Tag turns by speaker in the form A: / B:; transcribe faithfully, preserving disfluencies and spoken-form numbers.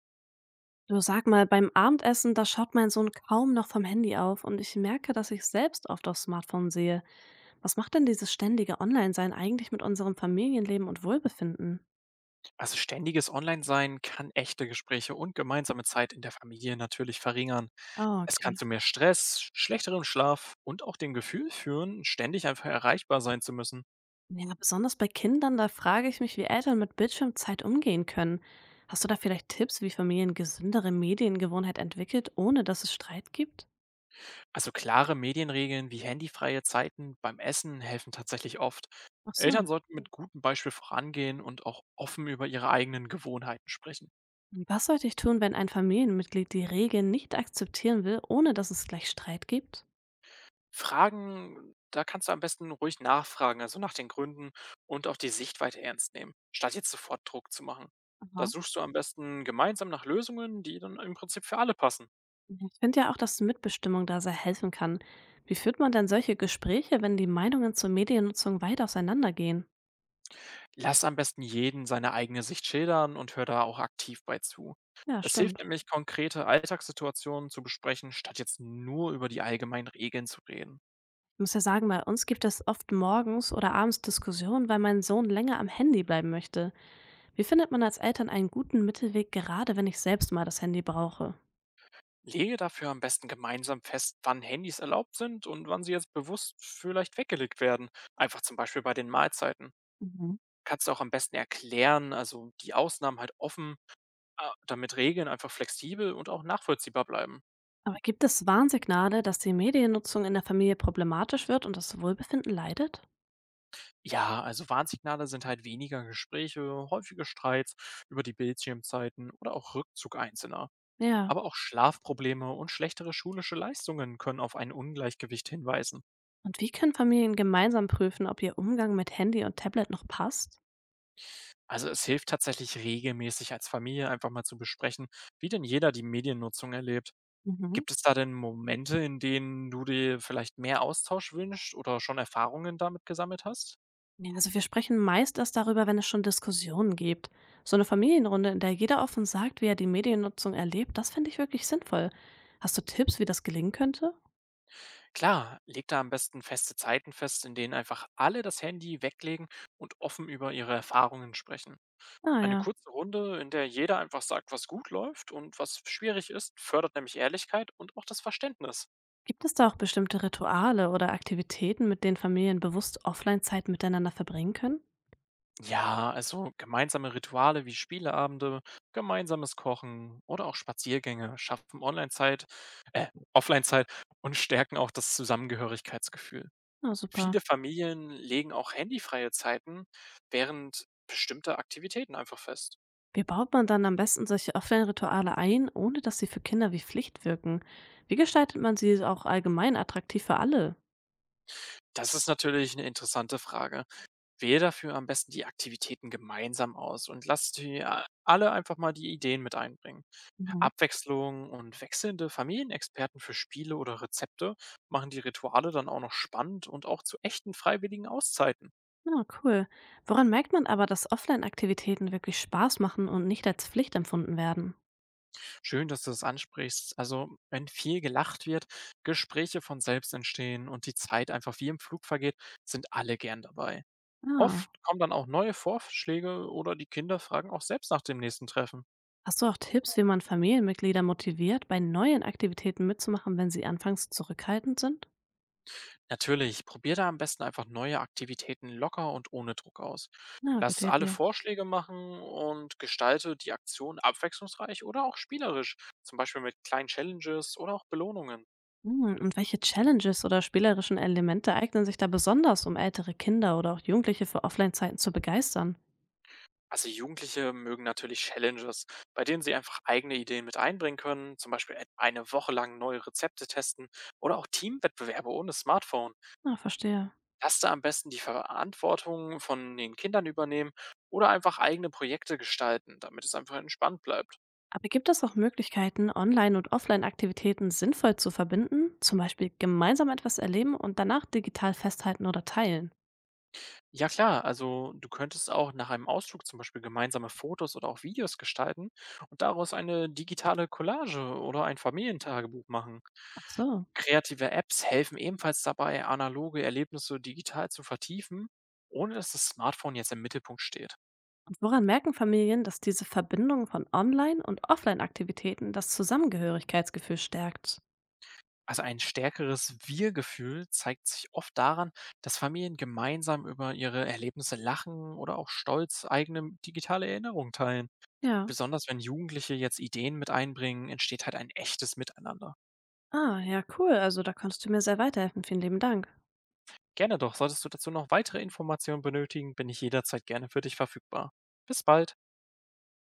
A: Du, sag mal, beim Abendessen, da schaut mein Sohn kaum noch vom Handy auf und ich merke, dass ich selbst oft aufs Smartphone sehe. Was macht denn dieses ständige Online-Sein eigentlich mit unserem Familienleben und Wohlbefinden?
B: Also ständiges Online-Sein kann echte Gespräche und gemeinsame Zeit in der Familie natürlich verringern.
A: Ah,
B: Es kann
A: okay.
B: zu mehr Stress, schlechterem Schlaf und auch dem Gefühl führen, ständig einfach erreichbar sein zu müssen.
A: Ja, besonders bei Kindern, da frage ich mich, wie Eltern mit Bildschirmzeit umgehen können. Hast du da vielleicht Tipps, wie Familien gesündere Mediengewohnheit entwickelt, ohne dass es Streit gibt?
B: Also klare Medienregeln wie handyfreie Zeiten beim Essen helfen tatsächlich oft.
A: Ach so.
B: Eltern sollten mit gutem Beispiel vorangehen und auch offen über ihre eigenen Gewohnheiten sprechen.
A: Und was sollte ich tun, wenn ein Familienmitglied die Regeln nicht akzeptieren will, ohne dass es gleich Streit gibt?
B: Fragen da kannst du am besten ruhig nachfragen, also nach den Gründen und auch die Sichtweite ernst nehmen, statt jetzt sofort Druck zu machen. Da
A: Aha.
B: suchst du am besten gemeinsam nach Lösungen, die dann im Prinzip für alle passen.
A: Ja, ich finde ja auch, dass Mitbestimmung da sehr helfen kann. Wie führt man denn solche Gespräche, wenn die Meinungen zur Mediennutzung weit auseinandergehen?
B: Lass am besten jeden seine eigene Sicht schildern und hör da auch aktiv bei zu.
A: Ja,
B: Es hilft
A: stimmt.
B: nämlich, konkrete Alltagssituationen zu besprechen, statt jetzt nur über die allgemeinen Regeln zu reden.
A: Ich muss ja sagen, bei uns gibt es oft morgens oder abends Diskussionen, weil mein Sohn länger am Handy bleiben möchte. Wie findet man als Eltern einen guten Mittelweg, gerade wenn ich selbst mal das Handy brauche?
B: Lege dafür am besten gemeinsam fest, wann Handys erlaubt sind und wann sie jetzt bewusst vielleicht weggelegt werden. Einfach zum Beispiel bei den Mahlzeiten.
A: Mhm.
B: Kannst du auch am besten erklären, also die Ausnahmen halt offen, äh, damit Regeln einfach flexibel und auch nachvollziehbar bleiben.
A: Aber gibt es Warnsignale, dass die Mediennutzung in der Familie problematisch wird und das Wohlbefinden leidet?
B: Ja, also Warnsignale sind halt weniger Gespräche, häufige Streits über die Bildschirmzeiten oder auch Rückzug Einzelner.
A: Ja.
B: Aber auch Schlafprobleme und schlechtere schulische Leistungen können auf ein Ungleichgewicht hinweisen.
A: Und wie können Familien gemeinsam prüfen, ob ihr Umgang mit Handy und Tablet noch passt?
B: Also es hilft tatsächlich regelmäßig als Familie einfach mal zu besprechen, wie denn jeder die Mediennutzung erlebt.
A: Mhm.
B: Gibt es da denn Momente, in denen du dir vielleicht mehr Austausch wünschst oder schon Erfahrungen damit gesammelt hast?
A: Ja, also wir sprechen meist erst darüber, wenn es schon Diskussionen gibt. So eine Familienrunde, in der jeder offen sagt, wie er die Mediennutzung erlebt, das finde ich wirklich sinnvoll. Hast du Tipps, wie das gelingen könnte?
B: Klar, leg da am besten feste Zeiten fest, in denen einfach alle das Handy weglegen und offen über ihre Erfahrungen sprechen.
A: Ah
B: Eine
A: ja.
B: kurze Runde, in der jeder einfach sagt, was gut läuft und was schwierig ist, fördert nämlich Ehrlichkeit und auch das Verständnis.
A: Gibt es da auch bestimmte Rituale oder Aktivitäten, mit denen Familien bewusst Offline-Zeit miteinander verbringen können?
B: Ja, also gemeinsame Rituale wie Spieleabende, gemeinsames Kochen oder auch Spaziergänge schaffen Online-Zeit, äh, Offline-Zeit und stärken auch das Zusammengehörigkeitsgefühl.
A: Na super.
B: Viele Familien legen auch handyfreie Zeiten während bestimmter Aktivitäten einfach fest.
A: Wie baut man dann am besten solche Offline-Rituale ein, ohne dass sie für Kinder wie Pflicht wirken? Wie gestaltet man sie auch allgemein attraktiv für alle?
B: Das ist natürlich eine interessante Frage. Wähle dafür am besten die Aktivitäten gemeinsam aus und lasst die, äh, alle einfach mal die Ideen mit einbringen.
A: Mhm.
B: Abwechslung und wechselnde Familienexperten für Spiele oder Rezepte machen die Rituale dann auch noch spannend und auch zu echten freiwilligen Auszeiten.
A: Ah, cool. Woran merkt man aber, dass Offline-Aktivitäten wirklich Spaß machen und nicht als Pflicht empfunden werden?
B: Schön, dass du das ansprichst. Also, wenn viel gelacht wird, Gespräche von selbst entstehen und die Zeit einfach wie im Flug vergeht, sind alle gern dabei.
A: Ah.
B: Oft kommen dann auch neue Vorschläge oder die Kinder fragen auch selbst nach dem nächsten Treffen.
A: Hast du auch Tipps, wie man Familienmitglieder motiviert, bei neuen Aktivitäten mitzumachen, wenn sie anfangs zurückhaltend sind?
B: Natürlich, probier da am besten einfach neue Aktivitäten locker und ohne Druck aus.
A: Na,
B: Lass
A: gute
B: alle
A: Idee.
B: Vorschläge machen und gestalte die Aktion abwechslungsreich oder auch spielerisch, zum Beispiel mit kleinen Challenges oder auch Belohnungen.
A: Hm, und welche Challenges oder spielerischen Elemente eignen sich da besonders, um ältere Kinder oder auch Jugendliche für Offline-Zeiten zu begeistern?
B: Also Jugendliche mögen natürlich Challenges, bei denen sie einfach eigene Ideen mit einbringen können, zum Beispiel et- eine Woche lang neue Rezepte testen oder auch Teamwettbewerbe ohne Smartphone.
A: Na, verstehe.
B: Lass da am besten die Verantwortung von den Kindern übernehmen oder einfach eigene Projekte gestalten, damit es einfach entspannt bleibt.
A: Aber gibt es auch Möglichkeiten, Online- und Offline-Aktivitäten sinnvoll zu verbinden? Zum Beispiel gemeinsam etwas erleben und danach digital festhalten oder teilen?
B: Ja klar, also du könntest auch nach einem Ausflug zum Beispiel gemeinsame Fotos oder auch Videos gestalten und daraus eine digitale Collage oder ein Familientagebuch machen.
A: Ach so.
B: Kreative Apps helfen ebenfalls dabei, analoge Erlebnisse digital zu vertiefen, ohne dass das Smartphone jetzt im Mittelpunkt steht.
A: Und woran merken Familien, dass diese Verbindung von Online- und Offline-Aktivitäten das Zusammengehörigkeitsgefühl stärkt?
B: Also ein stärkeres Wir-Gefühl zeigt sich oft daran, dass Familien gemeinsam über ihre Erlebnisse lachen oder auch stolz eigene digitale Erinnerungen teilen.
A: Ja.
B: Besonders wenn Jugendliche jetzt Ideen mit einbringen, entsteht halt ein echtes Miteinander.
A: Ah, ja, cool. Also da konntest du mir sehr weiterhelfen. Vielen lieben Dank.
B: Gerne doch, solltest du dazu noch weitere Informationen benötigen, bin ich jederzeit gerne für dich verfügbar. Bis bald.